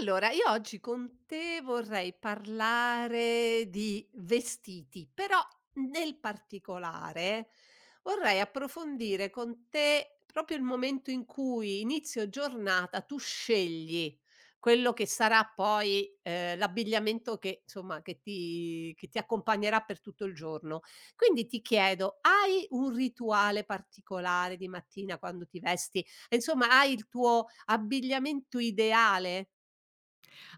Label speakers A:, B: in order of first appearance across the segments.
A: Allora, io oggi con te vorrei parlare di vestiti, però nel particolare vorrei approfondire con te proprio il momento in cui inizio giornata tu scegli quello che sarà poi l'abbigliamento che ti accompagnerà per tutto il giorno. Quindi ti chiedo, hai un rituale particolare di mattina quando ti vesti? Insomma, hai il tuo abbigliamento ideale?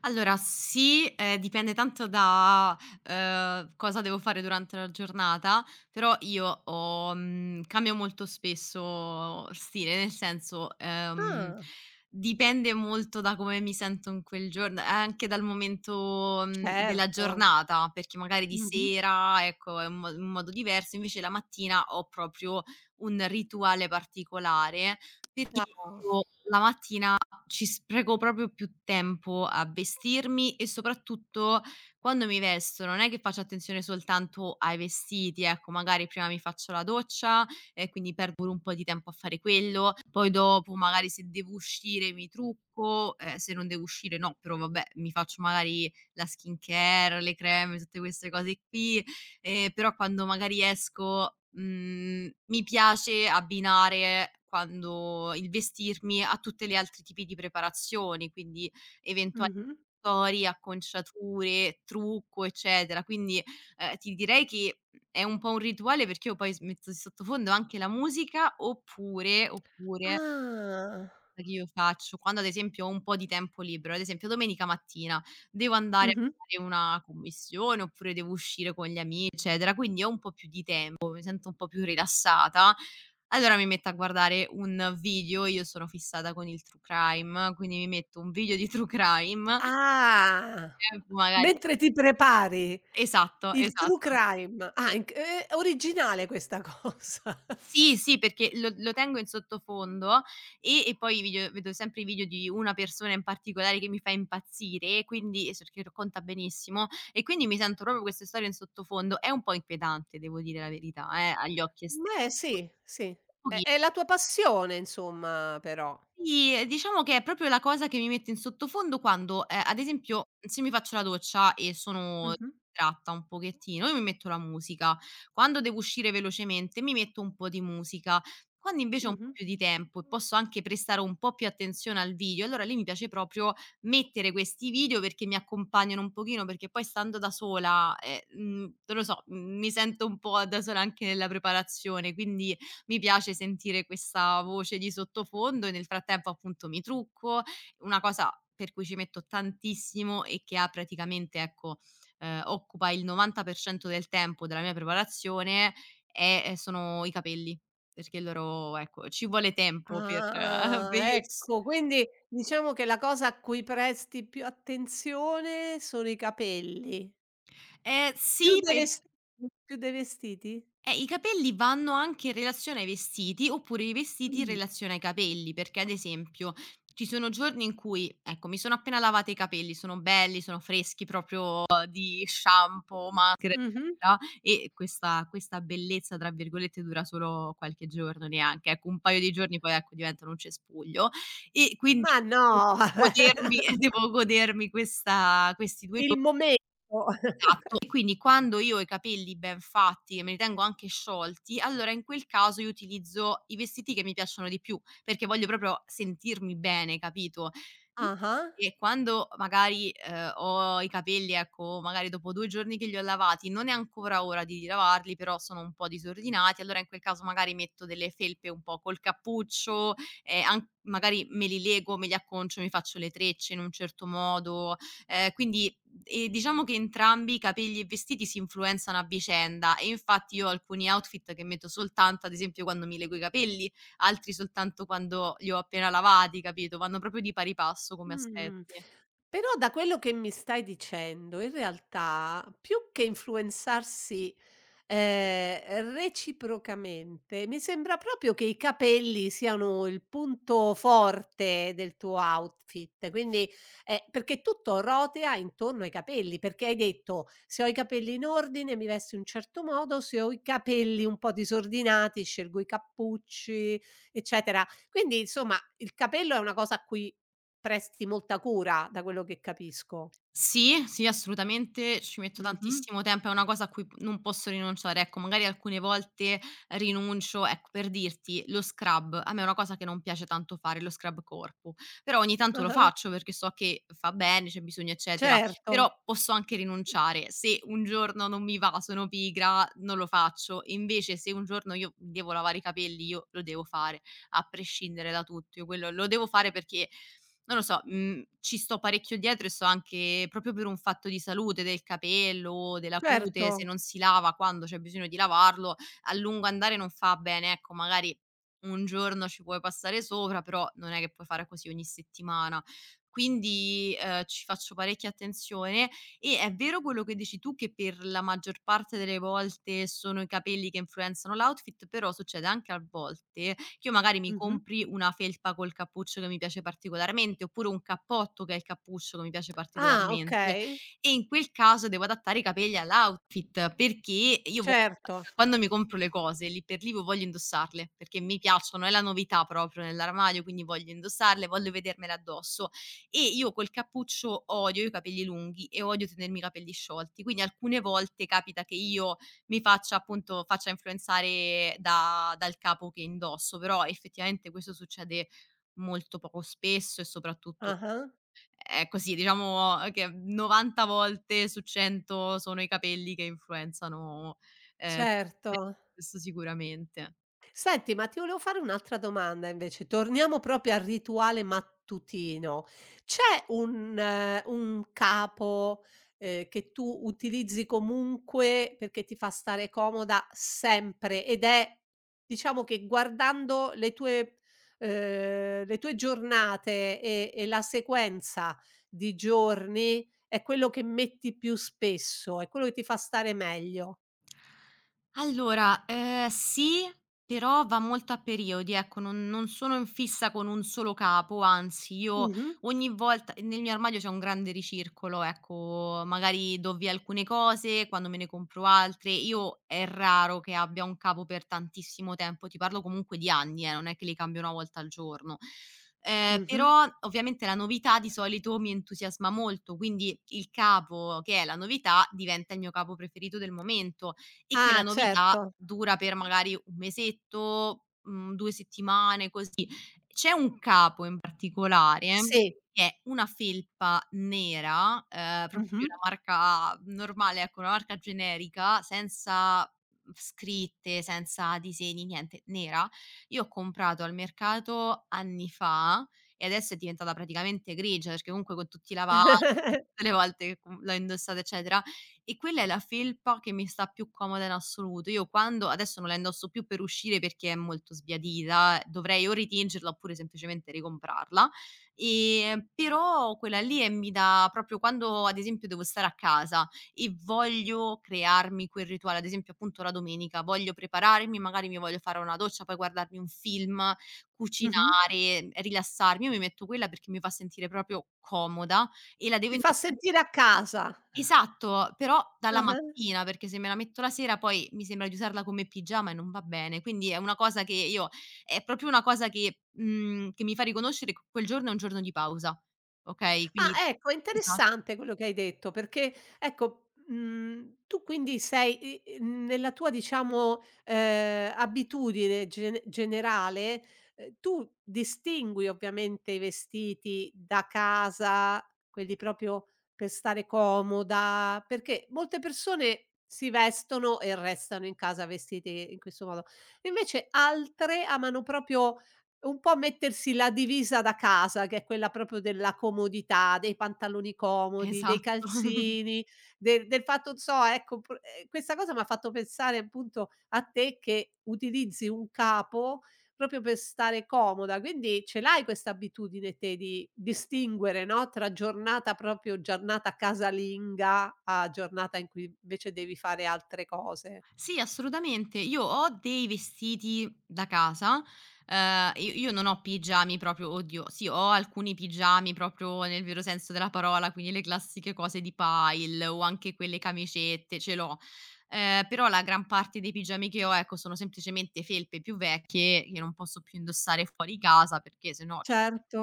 B: Allora sì, dipende tanto da, cosa devo fare durante la giornata, però io ho cambio molto spesso stile, nel senso,
A: Ah.
B: dipende molto da come mi sento in quel giorno, anche dal momento, della
A: Certo.
B: giornata, perché magari di
A: Mh-mh.
B: sera, ecco, è un mo un modo diverso, invece la mattina ho proprio un rituale particolare per
A: No.
B: io la mattina ci spreco proprio più tempo a vestirmi e soprattutto quando mi vesto non è che faccio attenzione soltanto ai vestiti, ecco, magari prima mi faccio la doccia e quindi perdo pure un po' di tempo a fare quello, poi dopo magari se devo uscire mi trucco, se non devo uscire no, però vabbè mi faccio magari la skincare, le creme, tutte queste cose qui. Però quando magari esco, mi piace abbinare quando il vestirmi a tutte le altri tipi di preparazioni, quindi eventuali
A: Mh-mh.
B: accessori, acconciature, trucco, eccetera. Quindi, ti direi che, è un po' un rituale perché io poi s metto di sottofondo anche la musica oppure oppure.
A: Ah.
B: Che io faccio quando ad esempio ho un po' di tempo libero, ad esempio domenica mattina devo andare a
A: Mh-mh.
B: fare una commissione oppure devo uscire con gli ami eccetera, quindi ho un po' più di tempo, mi sento un po' più rilassata, allora mi metto a guardare un video. Io sono fissata con il true crime, quindi mi metto un video di true crime
A: Ah.
B: e magari
A: Mentre ti prepari
B: esatto,
A: il true
B: esatto.
A: crime. Ah, inc originale questa cosa.
B: Sì, sì, perché lo tengo in sottofondo e poi i video vedo sempre i video di una persona in particolare che mi fa impazzire, quindi s perché racconta benissimo, e quindi mi sento proprio queste storie in sottofondo. È un po' inquietante, devo dire la verità, agli occhi esterni,
A: Beh, sì, sì.
B: un
A: È
B: pochi.
A: è la tua passione insomma però.
B: Sì, diciamo che è proprio la cosa che mi mette in sottofondo quando, ad esempio, se mi faccio la doccia e sono
A: Mh-mh.
B: distratta un pochettino, io mi metto la musica. Quando devo uscire velocemente mi metto un po' di musica. Quando invece ho un po'
A: Mh-mh.
B: più di tempo e posso anche prestare un po' più attenzione al video, allora lì mi piace proprio mettere questi video perché mi accompagnano un pochino, perché poi stando da sola, non lo so, mi sento un po' da sola anche nella preparazione, quindi mi piace sentire questa voce di sottofondo e nel frattempo appunto mi trucco. Una cosa per cui ci metto tantissimo e che ha praticamente ecco, occupa il 90% del tempo della mia preparazione è sono i capelli, perché loro ecco, ci vuole tempo per
A: Ah,
B: per io s
A: ecco, quindi diciamo che la cosa a cui presti più attenzione sono i capelli. Più
B: sì
A: dei
B: per.
A: vestiti? Più dei vestiti?
B: I capelli vanno anche in relazione ai vestiti, oppure i vestiti in
A: Mh.
B: relazione ai capelli, perché ad esempio ci sono giorni in cui, ecco, mi sono appena lavata i capelli, sono belli, sono freschi proprio di shampoo, maschera,
A: Mh-mh.
B: eccetera, e questa "bellezza" tra virgolette dura solo qualche giorno neanche, ecco, un paio di giorni poi, ecco, diventano un cespuglio e quindi
A: Ma
B: devo
A: no!
B: godermi devo godermi questa questi 2.
A: Il momento.
B: Esatto. E quindi quando io ho i capelli ben fatti e me li tengo anche sciolti, allora in quel caso io utilizzo i vestiti che mi piacciono di più, perché voglio proprio sentirmi bene, capito? M
A: Ah-ah.
B: E quando magari, ho i capelli, ecco, magari dopo 2 giorni che li ho lavati, non è ancora ora di lavarli, però sono un po' disordinati, allora in quel caso magari metto delle felpe un po' col cappuccio, an magari me li lego, me li acconcio, mi faccio le trecce in un certo modo, ehm, quindi e diciamo che entrambi i capelli e i vestiti si influenzano a vicenda e infatti io ho alcuni outfit che metto soltanto, ad esempio, quando mi lego i capelli, altri soltanto quando li ho appena lavati, capito? Vanno proprio di pari passo come
A: Mh.
B: aspetti.
A: Però da quello che mi stai dicendo, in realtà più che influenzarsi, reciprocamente, mi sembra proprio che i capelli siano il punto forte del tuo outfit, quindi perché tutto rotea intorno ai capelli, perché hai detto: "Se ho i capelli in ordine mi vesto in un certo modo, se ho i capelli un po' disordinati scelgo i cappucci", eccetera. Quindi insomma il capello è una cosa a cui presti molta cura, da quello che capisco.
B: Sì, sì, assolutamente, ci metto
A: Mh-mh.
B: tantissimo tempo, è una cosa a cui p non posso rinunciare, ecco, magari alcune volte rinuncio ecco, per dirti, lo scrub, a me è una cosa che non piace tanto fare, lo scrub corpo, però ogni tanto lo
A: Ah-ah.
B: faccio perché so che fa bene, c'è bisogno, eccetera,
A: Certo,
B: però posso anche rinunciare. Se un giorno non mi va, sono pigra, non lo faccio, invece se un giorno io devo lavare i capelli, io lo devo fare a prescindere da tutto. Io quello lo devo fare perché, non lo so, ci sto parecchio dietro e so anche proprio per un fatto di salute del capello, della
A: certo.
B: cute, se non si lava quando c'è bisogno di lavarlo, a lungo andare non fa bene. Ecco, magari un giorno ci puoi passare sopra, però non è che puoi fare così ogni settimana. Quindi, ci faccio parecchia attenzione e è vero quello che dici tu che per la maggior parte delle volte sono i capelli che influenzano l'outfit, però succede anche a volte che io magari mi
A: Mh-mh.
B: compri una felpa col cappuccio che mi piace particolarmente, oppure un cappotto che ha il cappuccio che mi piace
A: Ah,
B: particolarmente
A: okay.
B: e in quel caso devo adattare i capelli all'outfit, perché io vo
A: Certo.
B: quando mi compro le cose lì per lì vo voglio indossarle, perché mi piacciono, è la novità proprio nell'armadio, quindi voglio indossarle, voglio vedermele addosso e io col cappuccio odio i capelli lunghi e odio tenermi i capelli sciolti, quindi alcune volte capita che io mi faccia appunto faccia influenzare da dal capo che indosso, però effettivamente questo succede molto poco spesso e soprattutto
A: Ah-ah.
B: è così, diciamo che 90 volte su 100 sono i capelli che influenzano, ehm,
A: Certo.
B: questo sicuramente.
A: Senti, ma ti volevo fare un'altra domanda invece. Torniamo proprio al rituale mattutino. C'è un capo, che tu utilizzi comunque perché ti fa stare comoda sempre ed è diciamo che guardando le tue giornate e la sequenza di giorni è quello che metti più spesso, è quello che ti fa stare meglio.
B: Allora, sì, però va molto a periodi, ecco, non sono in fissa con un solo capo, anzi io
A: Mh-mh,
B: ogni volta nel mio armadio c'è un grande ricircolo, ecco, magari do via alcune cose, quando me ne compro altre. Io è raro che abbia un capo per tantissimo tempo, ti parlo comunque di anni, non è che li cambio 1 volta al giorno.
A: mh-mh.
B: Però ovviamente la novità di solito mi entusiasma molto, quindi il capo che è la novità diventa il mio capo preferito del momento e che la
A: Ah,
B: novità
A: certo.
B: dura per magari 1 mesetto, 2 settimane, così. C'è un capo in particolare
A: Sì.
B: che è una felpa nera, proprio di
A: Mh-mh.
B: una marca normale, ecco, una marca generica, senza scritte, senza disegni, niente, nera. Io ho comprato al mercato anni fa e adesso è diventata praticamente grigia, perché comunque con tutti i lavaggi, tutte le volte che com l'ho indossata eccetera, e quella è la felpa che mi sta più comoda in assoluto. Io quando adesso non la indosso più per uscire perché è molto sbiadita, dovrei o ritingerla oppure semplicemente ricomprarla. Però quella lì, mi dà proprio quando ad esempio devo stare a casa e voglio crearmi quel rituale, ad esempio appunto la domenica, voglio prepararmi, magari mi voglio fare una doccia, poi guardarmi un film,
A: Mh-mh.
B: cucinare, rilassarmi, io mi metto quella perché mi fa sentire proprio comoda e la devo
A: Ti fa
B: indossare.
A: sentire a casa.
B: Esatto, però dalla
A: Ah-ah.
B: mattina, perché se me la metto la sera poi mi sembra di usarla come pigiama e non va bene. Quindi è una cosa che io è proprio una cosa che che mi fa riconoscere che quel giorno è un giorno di pausa, okay? Quindi
A: Ah, ecco, è
B: esa
A: interessante quello che hai detto perché, ecco, tu quindi sei i i nella tua, diciamo, abitudine generale, tu distingui ovviamente i vestiti da casa, quelli proprio per stare comoda, perché molte persone si vestono e restano in casa vestiti in questo modo. Invece altre amano proprio un po' mettersi la divisa da casa, che è quella proprio della comodità, dei pantaloni comodi, dei
B: esatto.
A: calzini, de del fatto, non so, ecco, pr questa cosa m'ha fatto pensare appunto a te che utilizzi un capo proprio per stare comoda, quindi ce l'hai questa abitudine te di distinguere, no, tra giornata proprio giornata casalinga a giornata in cui invece devi fare altre cose.
B: Sì, assolutamente. Io ho dei vestiti da casa, io non ho pigiami proprio oddio, sì, ho alcuni pigiami proprio nel vero senso della parola, quindi le classiche cose di pile o anche quelle camicette, ce l'ho. Però la gran parte dei pigiami che ho, ecco, sono semplicemente felpe più vecchie che non posso più indossare fuori casa perché se no.
A: Certo,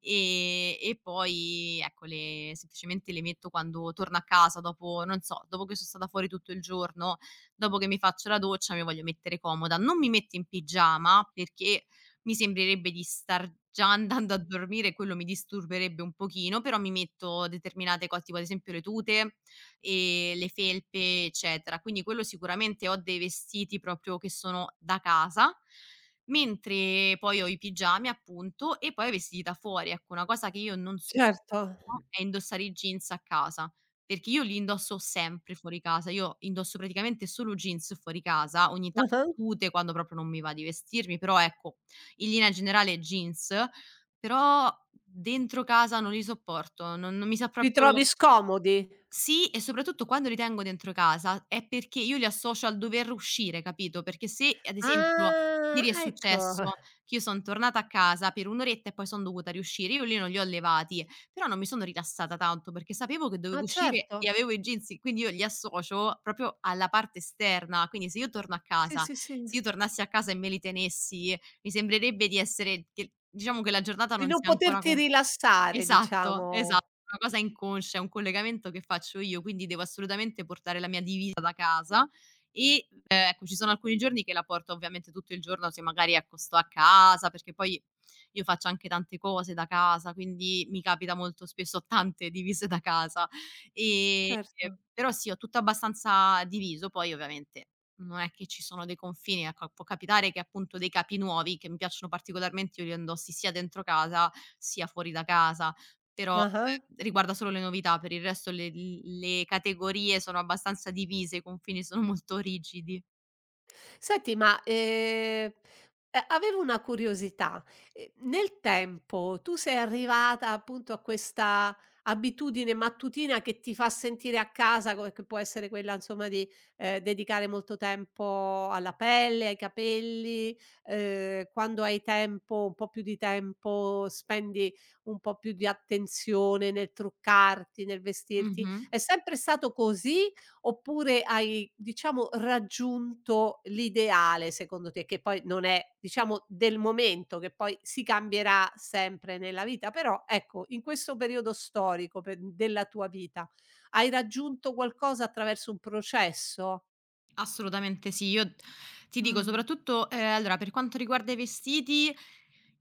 B: E poi ecco le semplicemente le metto quando torno a casa dopo non so, dopo che so stata fuori tutto il giorno, dopo che mi faccio la doccia mi voglio mettere comoda. Non mi metto in pigiama perché mi sembrerebbe di star già andando a dormire e quello mi disturberebbe un pochino, però mi metto determinate co tipo ad esempio le tute, le felpe, eccetera. Quindi quello sicuramente ho dei vestiti proprio che sono da casa. Mentre poi ho i pigiami appunto e poi ho i vestiti da fuori, ecco, una cosa che io non
A: certo.
B: sopporto è indossare i jeans a casa, perché io li indosso sempre fuori casa. Io indosso praticamente solo jeans fuori casa, ogni tanto
A: Mh-mh.
B: tute quando proprio non mi va di vestirmi, però ecco, in linea generale jeans, però dentro casa non li sopporto, non mi sa
A: Li
B: proprio
A: trovi scomodi?
B: sì, e soprattutto quando li tengo dentro casa è perché io li associo al dover uscire, capito? Perché se, ad esempio,
A: Ah,
B: ieri è
A: ecco.
B: successo che io son tornata a casa per 1 oretta e poi son dovuta riuscire, io lì non li ho levati, però non mi sono rilassata tanto perché sapevo che dovevo
A: Ah,
B: uscire e
A: certo.
B: avevo i jeans in quindi io li associo proprio alla parte esterna, quindi se io torno a
A: Sì,
B: casa
A: sì, sì.
B: se io tornassi a casa e me li tenessi, mi sembrerebbe di essere che diciamo che la giornata
A: Di
B: non
A: non
B: sia ancora
A: poterti
B: con.
A: rilassare
B: Esatto, esatto,
A: diciamo.
B: una cosa inconscia, è un collegamento che faccio io, quindi devo assolutamente portare la mia divisa da casa e, ecco, ci sono alcuni giorni che la porto ovviamente tutto il giorno se magari, ecco, sto a casa, perché poi io faccio anche tante cose da casa, quindi mi capita molto spesso ho tante divise da casa. Ehm,
A: Certo.
B: Però sì, ho tutto abbastanza diviso, poi ovviamente non è che ci sono dei confini, ecco, può capitare che appunto dei capi nuovi che mi piacciono particolarmente io li indossi sia dentro casa sia fuori da casa, però,
A: Ah-ah.
B: riguarda solo le novità, per il resto le l le categorie sono abbastanza divise, i confini sono molto rigidi.
A: Senti, ma, a avevo una curiosità, nel tempo tu sei arrivata appunto a questa abitudine mattutina che ti fa sentire a casa, co che può essere quella insomma di, dedicare molto tempo alla pelle, ai capelli, quando hai tempo un po' più di tempo, spendi un po' più di attenzione nel truccarti, nel vestirti.
B: Mh-mh.
A: È sempre stato così? Oppure hai, diciamo, raggiunto l'ideale secondo te, che poi non è, diciamo, del momento, che poi si cambierà sempre nella vita, però ecco, in questo periodo storico pe della tua vita, hai raggiunto qualcosa attraverso un processo?
B: Assolutamente sì. Io ti dico
A: Mh.
B: soprattutto allora per quanto riguarda i vestiti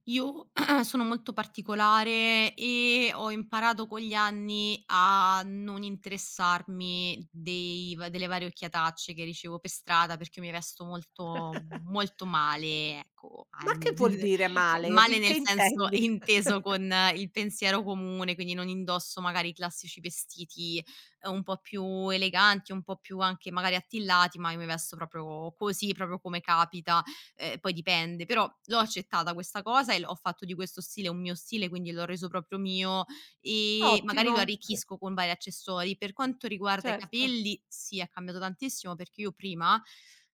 B: io sono molto particolare e ho imparato con gli anni a non interessarmi dei va delle varie occhiatacce che ricevo per strada, perché io mi vesto molto molto male, ecco, a
A: Ma che
B: nel
A: vuol dire male?
B: male
A: In che
B: nel senso
A: intendi?
B: inteso con il pensiero comune, quindi non indosso magari i classici vestiti un po' più eleganti, un po' più anche magari attillati, ma io mi vesto proprio così, proprio come capita, poi dipende. Però l'ho accettata questa cosa e l ho fatto di questo stile un mio stile, quindi l'ho reso proprio mio e magari
A: Ottimo,
B: lo arricchisco con vari accessori. Per quanto riguarda i
A: certo.
B: capelli, sì, è cambiato tantissimo perché io prima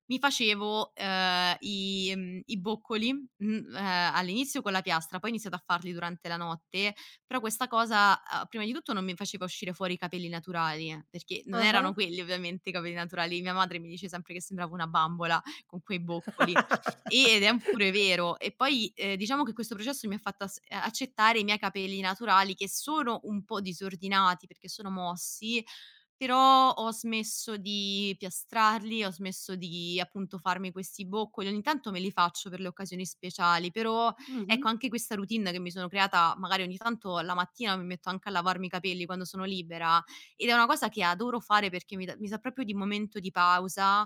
B: mi facevo, i boccoli, all'inizio con la piastra, poi ho iniziato a farli durante la notte però questa cosa, prima di tutto non mi faceva uscire fuori i capelli naturali, perché non erano
A: Ah-ah.
B: quelli ovviamente i capelli naturali. Mia madre mi dice sempre che sembravo una bambola con quei boccoli, ed è pure vero. E poi, diciamo che questo processo mi ha fatto as accettare i miei capelli naturali che sono un po' disordinati perché sono mossi, però ho smesso di piastrarli, ho smesso di, appunto, farmi questi boccoli. Ogni tanto me li faccio per le occasioni speciali, però.
A: Mh-mh.
B: Ecco, anche questa routine che mi sono creata, magari ogni tanto la mattina mi metto anche a lavarmi i capelli quando sono libera ed è una cosa che adoro fare perché mi dà proprio di momento di pausa,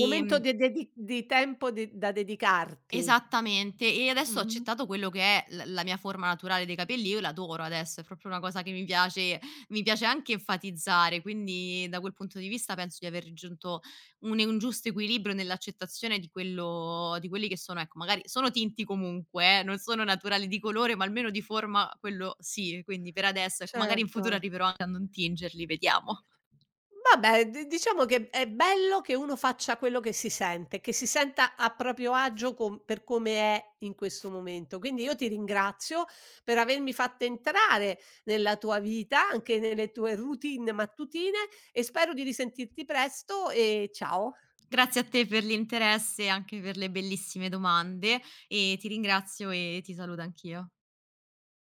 A: Momento de dedi di tempo de da dedicarti.
B: Esattamente, e adesso ho
A: Mh-mh.
B: accettato quello che è l la mia forma naturale dei capelli, io l'adoro adesso, è proprio una cosa che mi piace anche enfatizzare, quindi da quel punto di vista penso di aver raggiunto un giusto equilibrio nell'accettazione di quelli che sono ecco, magari sono tinti comunque non sono naturali di colore, ma almeno di forma quello sì, quindi per adesso, ecco, magari in
A: Certo.
B: futuro arriverò anche a non tingerli, vediamo.
A: Vabbè, di diciamo che è bello che uno faccia quello che si sente, che si senta a proprio agio com per come è in questo momento. Quindi io ti ringrazio per avermi fatto entrare nella tua vita, anche nelle tue routine mattutine e spero di risentirti presto e ciao.
B: Grazie a te per l'interesse e anche per le bellissime domande e ti ringrazio e ti saluto anch'io.